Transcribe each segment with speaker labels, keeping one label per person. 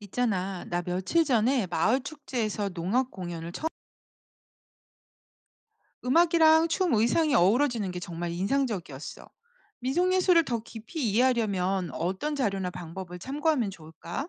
Speaker 1: 있잖아, 나 며칠 전에 마을 축제에서 농악 공연을 처음, 음악이랑 춤, 의상이 어우러지는 게 정말 인상적이었어. 민속예술을 더 깊이 이해하려면 어떤 자료나 방법을 참고하면 좋을까?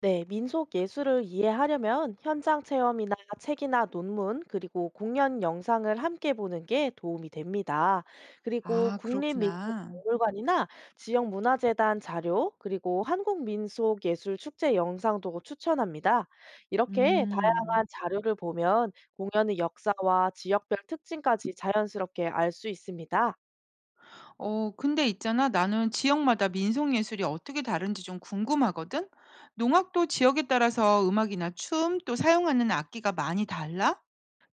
Speaker 2: 네, 민속 예술을 이해하려면 현장 체험이나 책이나 논문, 그리고 공연 영상을 함께 보는 게 도움이 됩니다. 그리고
Speaker 1: 아, 그렇구나.
Speaker 2: 국립민속박물관이나 지역문화재단 자료, 그리고 한국민속예술축제 영상도 추천합니다. 이렇게
Speaker 1: 음,
Speaker 2: 다양한 자료를 보면 공연의 역사와 지역별 특징까지 자연스럽게 알 수 있습니다.
Speaker 1: 근데 있잖아, 나는 지역마다 민속예술이 어떻게 다른지 좀 궁금하거든? 농악도 지역에 따라서 음악이나 춤, 또 사용하는 악기가 많이 달라?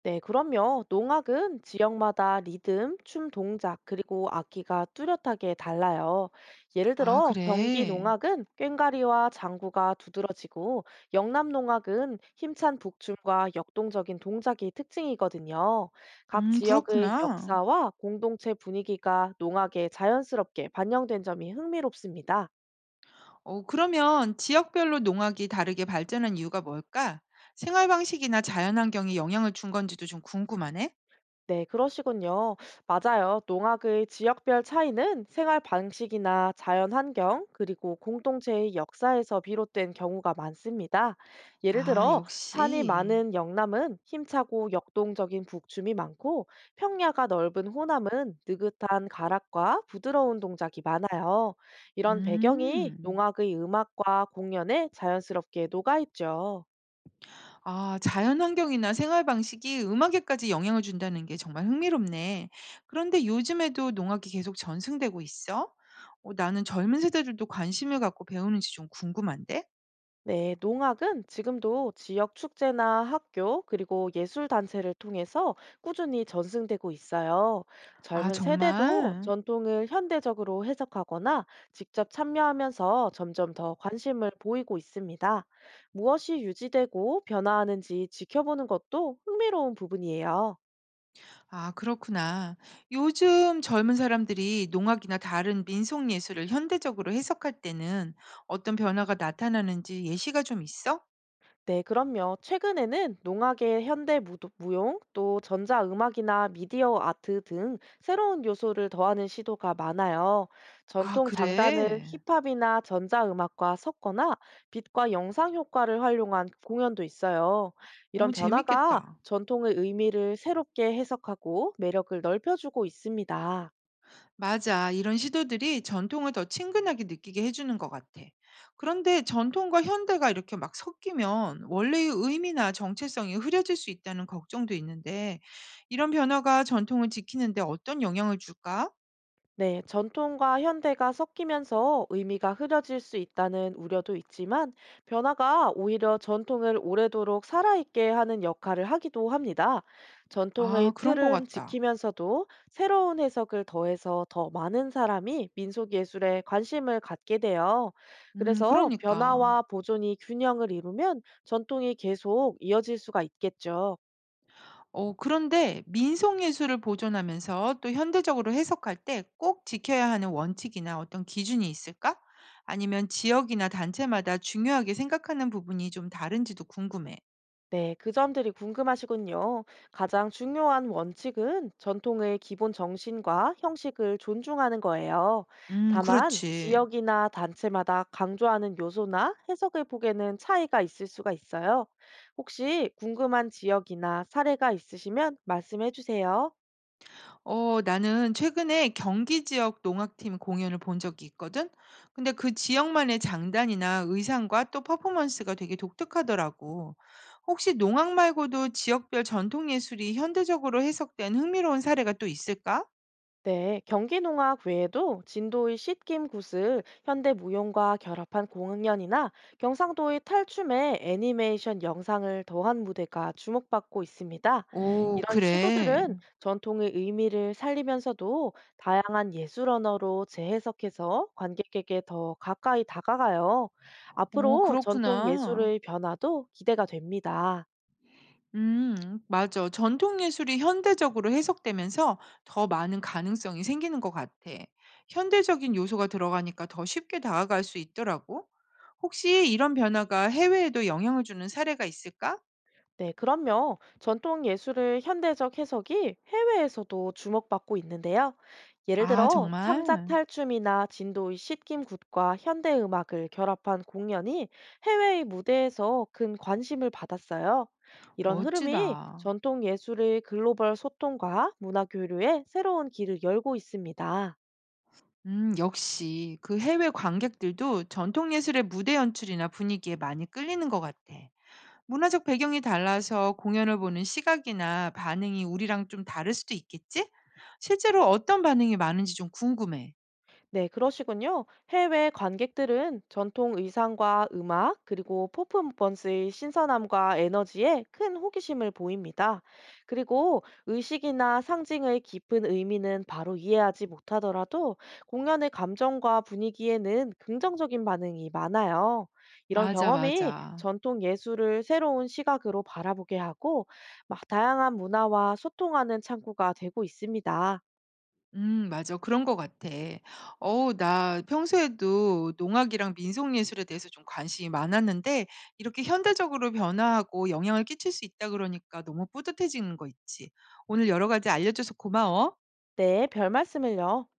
Speaker 2: 네, 그럼요. 농악은 지역마다 리듬, 춤 동작, 그리고 악기가 뚜렷하게 달라요. 예를
Speaker 1: 아,
Speaker 2: 들어, 경기
Speaker 1: 그래.
Speaker 2: 농악은 꽹과리와 장구가 두드러지고, 영남 농악은 힘찬 북춤과 역동적인 동작이 특징이거든요. 각 지역의
Speaker 1: 그렇구나.
Speaker 2: 역사와 공동체 분위기가 농악에 자연스럽게 반영된 점이 흥미롭습니다.
Speaker 1: 그러면 지역별로 농악이 다르게 발전한 이유가 뭘까? 생활 방식이나 자연 환경이 영향을 준 건지도 좀 궁금하네.
Speaker 2: 네, 그러시군요. 맞아요. 농악의 지역별 차이는 생활 방식이나 자연 환경, 그리고 공동체의 역사에서 비롯된 경우가 많습니다. 예를
Speaker 1: 아,
Speaker 2: 들어, 산이
Speaker 1: 역시.
Speaker 2: 많은 영남은 힘차고 역동적인 북춤이 많고, 평야가 넓은 호남은 느긋한 가락과 부드러운 동작이 많아요. 이런 배경이
Speaker 1: 음.
Speaker 2: 농악의 음악과 공연에 자연스럽게 녹아있죠.
Speaker 1: 아, 자연 환경이나 생활 방식이 음악에까지 영향을 준다는 게 정말 흥미롭네. 그런데 요즘에도 농악이 계속 전승되고 있어? 나는 젊은 세대들도 관심을 갖고 배우는지 좀 궁금한데?
Speaker 2: 네, 농악은 지금도 지역 축제나 학교, 그리고 예술단체를 통해서 꾸준히 전승되고 있어요.
Speaker 1: 아,
Speaker 2: 젊은 세대도
Speaker 1: 정말?
Speaker 2: 전통을 현대적으로 해석하거나 직접 참여하면서 점점 더 관심을 보이고 있습니다. 무엇이 유지되고 변화하는지 지켜보는 것도 흥미로운 부분이에요.
Speaker 1: 아, 그렇구나. 요즘 젊은 사람들이 농악이나 다른 민속 예술을 현대적으로 해석할 때는 어떤 변화가 나타나는지 예시가 좀 있어?
Speaker 2: 네, 그럼요. 최근에는 농악의 무용, 또 전자음악이나 미디어 아트 등 새로운 요소를 더하는 시도가 많아요.
Speaker 1: 아,
Speaker 2: 전통 장단을
Speaker 1: 그래.
Speaker 2: 힙합이나 전자음악과 섞거나 빛과 영상 효과를 활용한 공연도 있어요. 이런
Speaker 1: 어,
Speaker 2: 변화가
Speaker 1: 재밌겠다.
Speaker 2: 전통의 의미를 새롭게 해석하고 매력을 넓혀주고 있습니다.
Speaker 1: 맞아. 이런 시도들이 전통을 더 친근하게 느끼게 해주는 것 같아. 그런데 전통과 현대가 이렇게 막 섞이면 원래의 의미나 정체성이 흐려질 수 있다는 걱정도 있는데, 이런 변화가 전통을 지키는데 어떤 영향을 줄까?
Speaker 2: 네, 전통과 현대가 섞이면서 의미가 흐려질 수 있다는 우려도 있지만 변화가 오히려 전통을 오래도록 살아있게 하는 역할을 하기도 합니다. 전통의
Speaker 1: 아, 그런 것
Speaker 2: 틀은
Speaker 1: 같다.
Speaker 2: 지키면서도 새로운 해석을 더해서 더 많은 사람이 민속 예술에 관심을 갖게 돼요. 그래서
Speaker 1: 그러니까.
Speaker 2: 변화와 보존이 균형을 이루면 전통이 계속 이어질 수가 있겠죠.
Speaker 1: 어 그런데 민속 예술을 보존하면서 또 현대적으로 해석할 때 꼭 지켜야 하는 원칙이나 어떤 기준이 있을까? 아니면 지역이나 단체마다 중요하게 생각하는 부분이 좀 다른지도 궁금해.
Speaker 2: 네, 그 점들이 궁금하시군요. 가장 중요한 원칙은 전통의 기본 정신과 형식을 존중하는 거예요. 다만,
Speaker 1: 그렇지.
Speaker 2: 지역이나 단체마다 강조하는 요소나 해석의 폭에는 차이가 있을 수가 있어요. 혹시 궁금한 지역이나 사례가 있으시면 말씀해 주세요.
Speaker 1: 어 나는 최근에 경기 지역 농악팀 공연을 본 적이 있거든. 근데 그 지역만의 장단이나 의상과 또 퍼포먼스가 되게 독특하더라고. 혹시 농악 말고도 지역별 전통 예술이 현대적으로 해석된 흥미로운 사례가 또 있을까?
Speaker 2: 네, 경기농학외에도 진도의 씻김 구슬, 현대무용과 결합한 공연이나 경상도의 탈춤에 애니메이션 영상을 더한 무대가 주목받고 있습니다.
Speaker 1: 오,
Speaker 2: 이런
Speaker 1: 그래.
Speaker 2: 시도들은 전통의 의미를 살리면서도 다양한 예술 언어로 재해석해서 관객에게 더 가까이 다가가요.
Speaker 1: 오,
Speaker 2: 앞으로 전통
Speaker 1: 그렇구나.
Speaker 2: 예술의 변화도 기대가 됩니다.
Speaker 1: 맞아. 전통 예술이 현대적으로 해석되면서 더 많은 가능성이 생기는 것 같아. 현대적인 요소가 들어가니까 더 쉽게 다가갈 수 있더라고. 혹시 이런 변화가 해외에도 영향을 주는 사례가 있을까?
Speaker 2: 네, 그럼요. 전통 예술의 현대적 해석이 해외에서도 주목받고 있는데요. 예를
Speaker 1: 아,
Speaker 2: 들어, 창작
Speaker 1: 정말
Speaker 2: 탈춤이나 진도의 씻김 굿과 현대 음악을 결합한 공연이 해외의 무대에서 큰 관심을 받았어요. 이런
Speaker 1: 멋지다.
Speaker 2: 흐름이 전통 예술의 글로벌 소통과 문화 교류에 새로운 길을 열고 있습니다.
Speaker 1: 역시 그 해외 관객들도 전통 예술의 무대 연출이나 분위기에 많이 끌리는 것 같아. 문화적 배경이 달라서 공연을 보는 시각이나 반응이 우리랑 좀 다를 수도 있겠지? 실제로 어떤 반응이 많은지 좀 궁금해.
Speaker 2: 네, 그러시군요. 해외 관객들은 전통 의상과 음악, 그리고 퍼포먼스의 신선함과 에너지에 큰 호기심을 보입니다. 그리고 의식이나 상징의 깊은 의미는 바로 이해하지 못하더라도 공연의 감정과 분위기에는 긍정적인 반응이 많아요. 이런
Speaker 1: 맞아,
Speaker 2: 경험이
Speaker 1: 맞아.
Speaker 2: 전통 예술을 새로운 시각으로 바라보게 하고 막 다양한 문화와 소통하는 창구가 되고 있습니다.
Speaker 1: 맞아. 그런 것 같아. 어, 나 평소에도 농악이랑 민속예술에 대해서 좀 관심이 많았는데, 이렇게 현대적으로 변화하고 영향을 끼칠 수 있다 그러니까 너무 뿌듯해지는 거 있지. 오늘 여러 가지 알려줘서 고마워.
Speaker 2: 네, 별 말씀을요.